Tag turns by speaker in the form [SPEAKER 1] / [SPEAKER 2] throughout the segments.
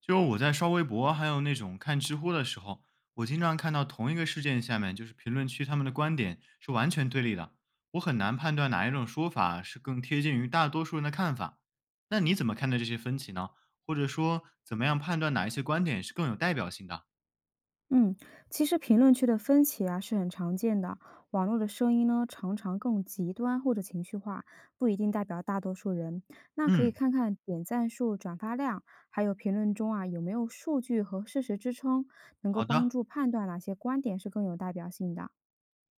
[SPEAKER 1] 就我在刷微博，还有那种看知乎的时候，我经常看到同一个事件下面，就是评论区他们的观点是完全对立的，我很难判断哪一种说法是更贴近于大多数人的看法。那你怎么看待这些分歧呢？或者说，怎么样判断哪一些观点是更有代表性的？
[SPEAKER 2] 嗯，其实评论区的分歧啊是很常见的，网络的声音呢常常更极端或者情绪化，不一定代表大多数人。那可以
[SPEAKER 1] 嗯，
[SPEAKER 2] 看看点赞数、转发量，还有评论中啊有没有数据和事实支撑，能够
[SPEAKER 1] 好
[SPEAKER 2] 帮
[SPEAKER 1] 的。
[SPEAKER 2] 助判断哪些观点是更有代表性的。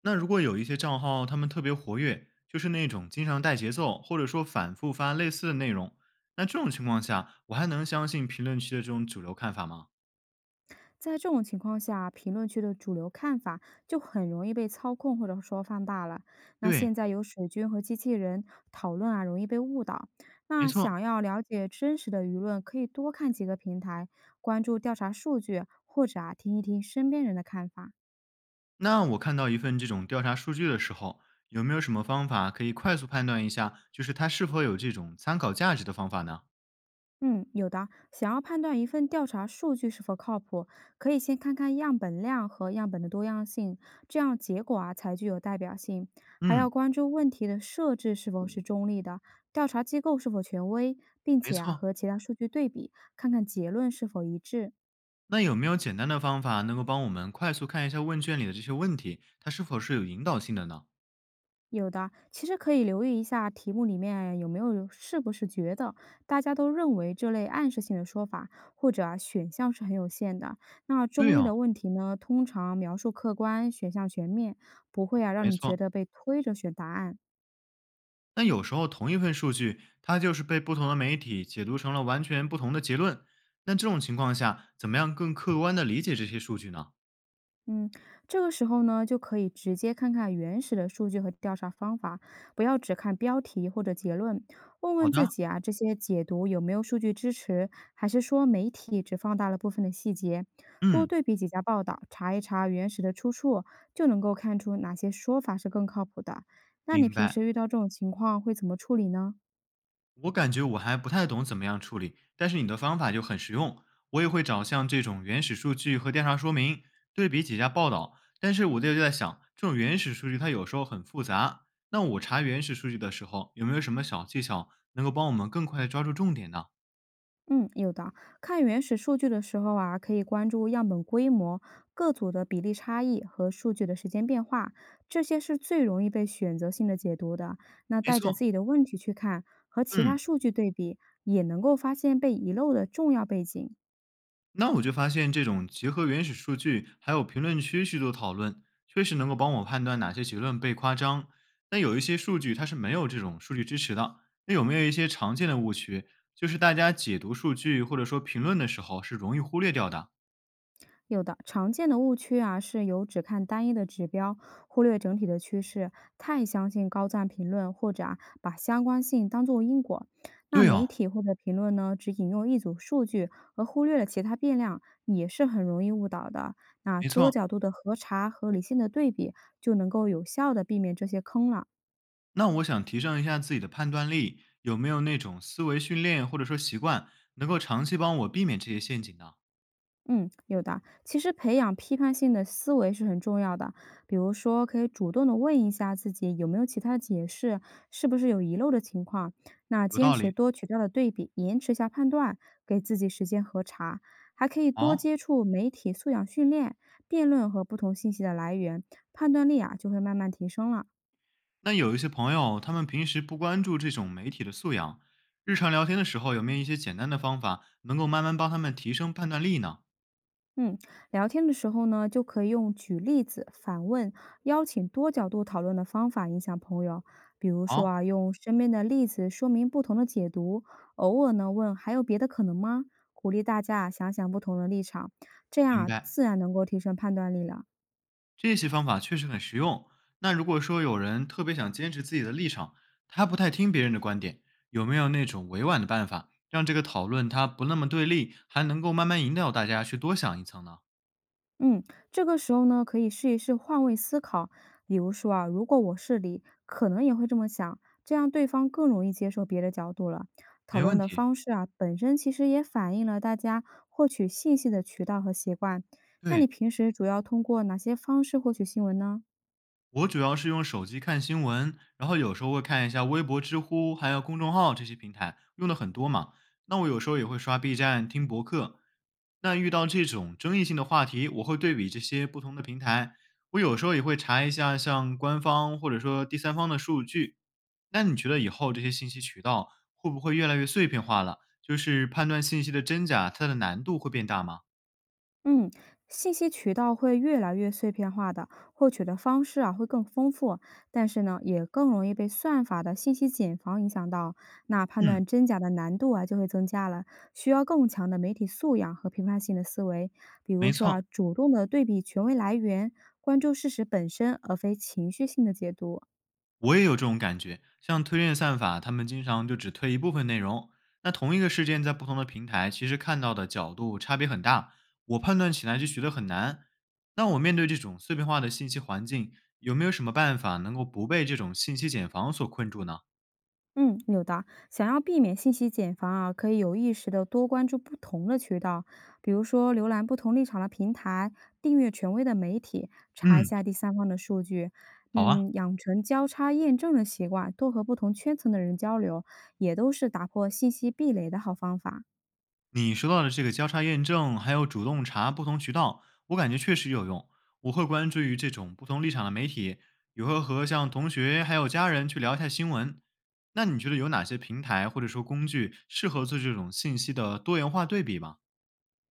[SPEAKER 1] 那如果有一些账号他们特别活跃，就是那种经常带节奏，或者说反复发类似的内容，那这种情况下，我还能相信评论区的这种主流看法吗？
[SPEAKER 2] 在这种情况下，评论区的主流看法就很容易被操控或者说放大了。那
[SPEAKER 1] 对，
[SPEAKER 2] 现在有水军和机器人讨论啊，容易被误导。
[SPEAKER 1] 没
[SPEAKER 2] 那
[SPEAKER 1] 错。
[SPEAKER 2] 想要了解真实的舆论，可以多看几个平台，关注调查数据，或者啊听一听身边人的看法。
[SPEAKER 1] 那我看到一份这种调查数据的时候，有没有什么方法可以快速判断一下，就是它是否有这种参考价值的方法呢？
[SPEAKER 2] 嗯，有的。想要判断一份调查数据是否靠谱，可以先看看样本量和样本的多样性，这样结果啊才具有代表性。还
[SPEAKER 1] 嗯，
[SPEAKER 2] 要关注问题的设置是否是中立的，调查机构是否权威，并
[SPEAKER 1] 没
[SPEAKER 2] 且啊
[SPEAKER 1] 错。
[SPEAKER 2] 和其他数据对比，看看结论是否一致。
[SPEAKER 1] 那有没有简单的方法能够帮我们快速看一下问卷里的这些问题，它是否是有引导性的呢？
[SPEAKER 2] 有的，其实可以留意一下题目里面有没有是不是觉得大家都认为这类暗示性的说法，或者啊选项是很有限的。那
[SPEAKER 1] 对
[SPEAKER 2] 中立
[SPEAKER 1] 哦，
[SPEAKER 2] 的问题呢，通常描述客观，选项全面，不会啊让
[SPEAKER 1] 没
[SPEAKER 2] 你觉
[SPEAKER 1] 错。
[SPEAKER 2] 得被推着选答案。
[SPEAKER 1] 那有时候同一份数据，它就是被不同的媒体解读成了完全不同的结论。那这种情况下，怎么样更客观的理解这些数据呢？
[SPEAKER 2] 嗯，这个时候呢，就可以直接看看原始的数据和调查方法，不要只看标题或者结论，问
[SPEAKER 1] 好
[SPEAKER 2] 问自
[SPEAKER 1] 的，
[SPEAKER 2] 己啊，这些解读有没有数据支持，还是说媒体只放大了部分的细节？多
[SPEAKER 1] 嗯，
[SPEAKER 2] 对比几家报道，查一查原始的出处，就能够看出哪些说法是更靠谱的。那你
[SPEAKER 1] 明
[SPEAKER 2] 平
[SPEAKER 1] 白。
[SPEAKER 2] 时遇到这种情况会怎么处理呢？
[SPEAKER 1] 我感觉我还不太懂怎么样处理，但是你的方法就很实用。我也会找像这种原始数据和调查说明，对比几家报道。但是我就在想，这种原始数据它有时候很复杂。那我查原始数据的时候，有没有什么小技巧能够帮我们更快地抓住重点呢？
[SPEAKER 2] 嗯，有的。看原始数据的时候啊，可以关注样本规模、各组的比例差异和数据的时间变化，这些是最容易被选择性的解读的。那
[SPEAKER 1] 没
[SPEAKER 2] 带着自
[SPEAKER 1] 错，
[SPEAKER 2] 己的问题去看，和其他
[SPEAKER 1] 嗯。
[SPEAKER 2] 数据对比，也能够发现被遗漏的重要背景。
[SPEAKER 1] 那我就发现，这种结合原始数据还有评论区去做讨论，确实能够帮我判断哪些结论被夸张。但有一些数据它是没有这种数据支持的。那有没有一些常见的误区，就是大家解读数据或者说评论的时候是容易忽略掉的？
[SPEAKER 2] 有的常见的误区啊，是有只看单一的指标，忽略整体的趋势，太相信高赞评论，或者啊把相关性当作因果。那
[SPEAKER 1] 对哦，
[SPEAKER 2] 媒体或者评论呢，只引用一组数据，而忽略了其他变量，也是很容易误导的。那
[SPEAKER 1] 没
[SPEAKER 2] 多
[SPEAKER 1] 错。
[SPEAKER 2] 角度的核查合理性的对比，就能够有效的避免这些坑了。
[SPEAKER 1] 那我想提升一下自己的判断力，有没有那种思维训练或者说习惯，能够长期帮我避免这些陷阱呢？
[SPEAKER 2] 嗯，有的。其实培养批判性的思维是很重要的，比如说可以主动的问一下自己有没有其他的解释，是不是有遗漏的情况。那
[SPEAKER 1] 有
[SPEAKER 2] 坚
[SPEAKER 1] 道
[SPEAKER 2] 持
[SPEAKER 1] 理。
[SPEAKER 2] 多渠道的对比，延迟一下判断，给自己时间核查，还可以多
[SPEAKER 1] 好、
[SPEAKER 2] 接触媒体素养训练、辩论和不同信息的来源，判断力啊就会慢慢提升了。
[SPEAKER 1] 那有一些朋友，他们平时不关注这种媒体的素养，日常聊天的时候有没有一些简单的方法，能够慢慢帮他们提升判断力呢？
[SPEAKER 2] 嗯，聊天的时候呢，就可以用举例子、反问、邀请多角度讨论的方法影响朋友。比如说
[SPEAKER 1] 好，
[SPEAKER 2] 啊，用身边的例子说明不同的解读，偶尔呢问还有别的可能吗？鼓励大家啊想想不同的立场，这样
[SPEAKER 1] 明
[SPEAKER 2] 啊
[SPEAKER 1] 白，
[SPEAKER 2] 自然能够提升判断力了。
[SPEAKER 1] 这些方法确实很实用。那如果说有人特别想坚持自己的立场，他不太听别人的观点，有没有那种委婉的办法，让这个讨论它不那么对立，还能够慢慢引导大家去多想一层呢？
[SPEAKER 2] 嗯，这个时候呢，可以试一试换位思考。比如说啊，如果我是你，可能也会这么想，这样对方更容易接受别的角度了。讨
[SPEAKER 1] 没
[SPEAKER 2] 论
[SPEAKER 1] 问
[SPEAKER 2] 的
[SPEAKER 1] 题，
[SPEAKER 2] 方式啊，本身其实也反映了大家获取信息的渠道和习惯。那
[SPEAKER 1] 对。
[SPEAKER 2] 你平时主要通过哪些方式获取新闻呢？
[SPEAKER 1] 我主要是用手机看新闻，然后有时候会看一下微博、知乎，还有公众号这些平台，用的很多嘛。那我有时候也会刷 B 站、听博客。那遇到这种争议性的话题，我会对比这些不同的平台。我有时候也会查一下像官方或者说第三方的数据。那你觉得以后这些信息渠道会不会越来越碎片化了？就是判断信息的真假，它的难度会变大吗？
[SPEAKER 2] 嗯，信息渠道会越来越碎片化的，获取的方式啊会更丰富，但是呢，也更容易被算法的信息茧房影响到，那判
[SPEAKER 1] 嗯，
[SPEAKER 2] 断真假的难度啊就会增加了，需要更强的媒体素养和批判性的思维。比如
[SPEAKER 1] 没
[SPEAKER 2] 说啊，
[SPEAKER 1] 错。
[SPEAKER 2] 主动的对比权威来源，关注事实本身，而非情绪性的解读。
[SPEAKER 1] 我也有这种感觉，像推荐算法，他们经常就只推一部分内容。那同一个事件在不同的平台，其实看到的角度差别很大，我判断起来就觉得很难。那我面对这种碎片化的信息环境，有没有什么办法能够不被这种信息茧房所困住呢？
[SPEAKER 2] 嗯，有的。想要避免信息茧房啊，可以有意识的多关注不同的渠道，比如说浏览不同立场的平台，订阅权威的媒体，查一
[SPEAKER 1] 嗯，
[SPEAKER 2] 下第三方的数据。
[SPEAKER 1] 好啊，
[SPEAKER 2] 嗯，养成交叉验证的习惯，多和不同圈层的人交流，也都是打破信息壁垒的好方法。
[SPEAKER 1] 你说到的这个交叉验证，还有主动查不同渠道，我感觉确实有用。我会关注于这种不同立场的媒体，也会和像同学还有家人去聊一下新闻。那你觉得有哪些平台或者说工具适合做这种信息的多元化对比吗？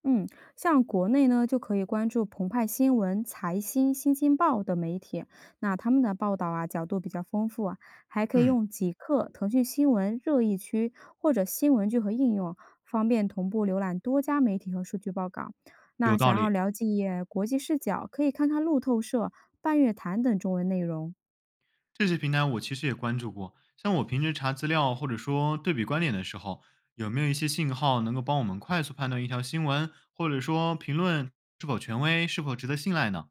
[SPEAKER 2] 嗯，像国内呢，就可以关注澎湃新闻、财新、新京报等媒体，那他们的报道啊，角度比较丰富啊，还可以
[SPEAKER 1] 嗯，
[SPEAKER 2] 用极客、腾讯新闻、热议区或者新闻聚合应用，方便同步浏览多家媒体和数据报告。那
[SPEAKER 1] 有
[SPEAKER 2] 想
[SPEAKER 1] 道
[SPEAKER 2] 要
[SPEAKER 1] 理。
[SPEAKER 2] 了解国际视角，可以看看路透社、半月谈等中文内容。
[SPEAKER 1] 这些平台我其实也关注过，像我平时查资料或者说对比观点的时候，有没有一些信号能够帮我们快速判断一条新闻或者说评论是否权威、是否值得信赖呢？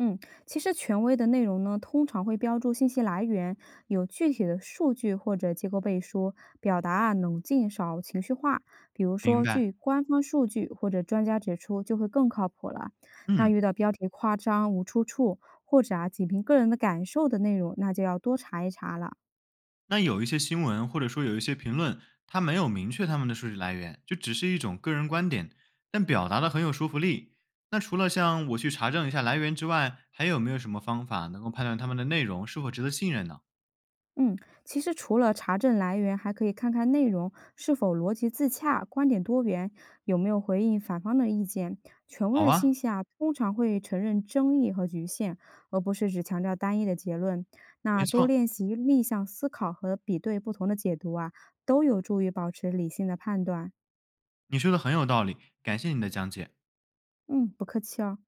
[SPEAKER 2] 嗯，其实权威的内容呢，通常会标注信息来源，有具体的数据或者结构背书，表达啊冷静少情绪化。比如
[SPEAKER 1] 明
[SPEAKER 2] 说，
[SPEAKER 1] 白。
[SPEAKER 2] 据官方数据或者专家指出，就会更靠谱了。那
[SPEAKER 1] 嗯，
[SPEAKER 2] 遇到标题夸张、无出处，或者啊仅凭个人的感受的内容，那就要多查一查了。
[SPEAKER 1] 那有一些新闻或者说有一些评论，它没有明确他们的数据来源，就只是一种个人观点，但表达的很有说服力。那除了像我去查证一下来源之外，还有没有什么方法能够判断他们的内容是否值得信任呢？
[SPEAKER 2] 嗯，其实除了查证来源，还可以看看内容是否逻辑自洽、观点多元，有没有回应反方的意见。权威
[SPEAKER 1] 好
[SPEAKER 2] 的
[SPEAKER 1] 啊，
[SPEAKER 2] 信息啊，通常会承认争议和局限，而不是只强调单一的结论。那
[SPEAKER 1] 没
[SPEAKER 2] 多
[SPEAKER 1] 错，
[SPEAKER 2] 练习逆向思考和比对不同的解读啊，都有助于保持理性的判断。
[SPEAKER 1] 你说的很有道理，感谢你的讲解。
[SPEAKER 2] 嗯，不客气哦。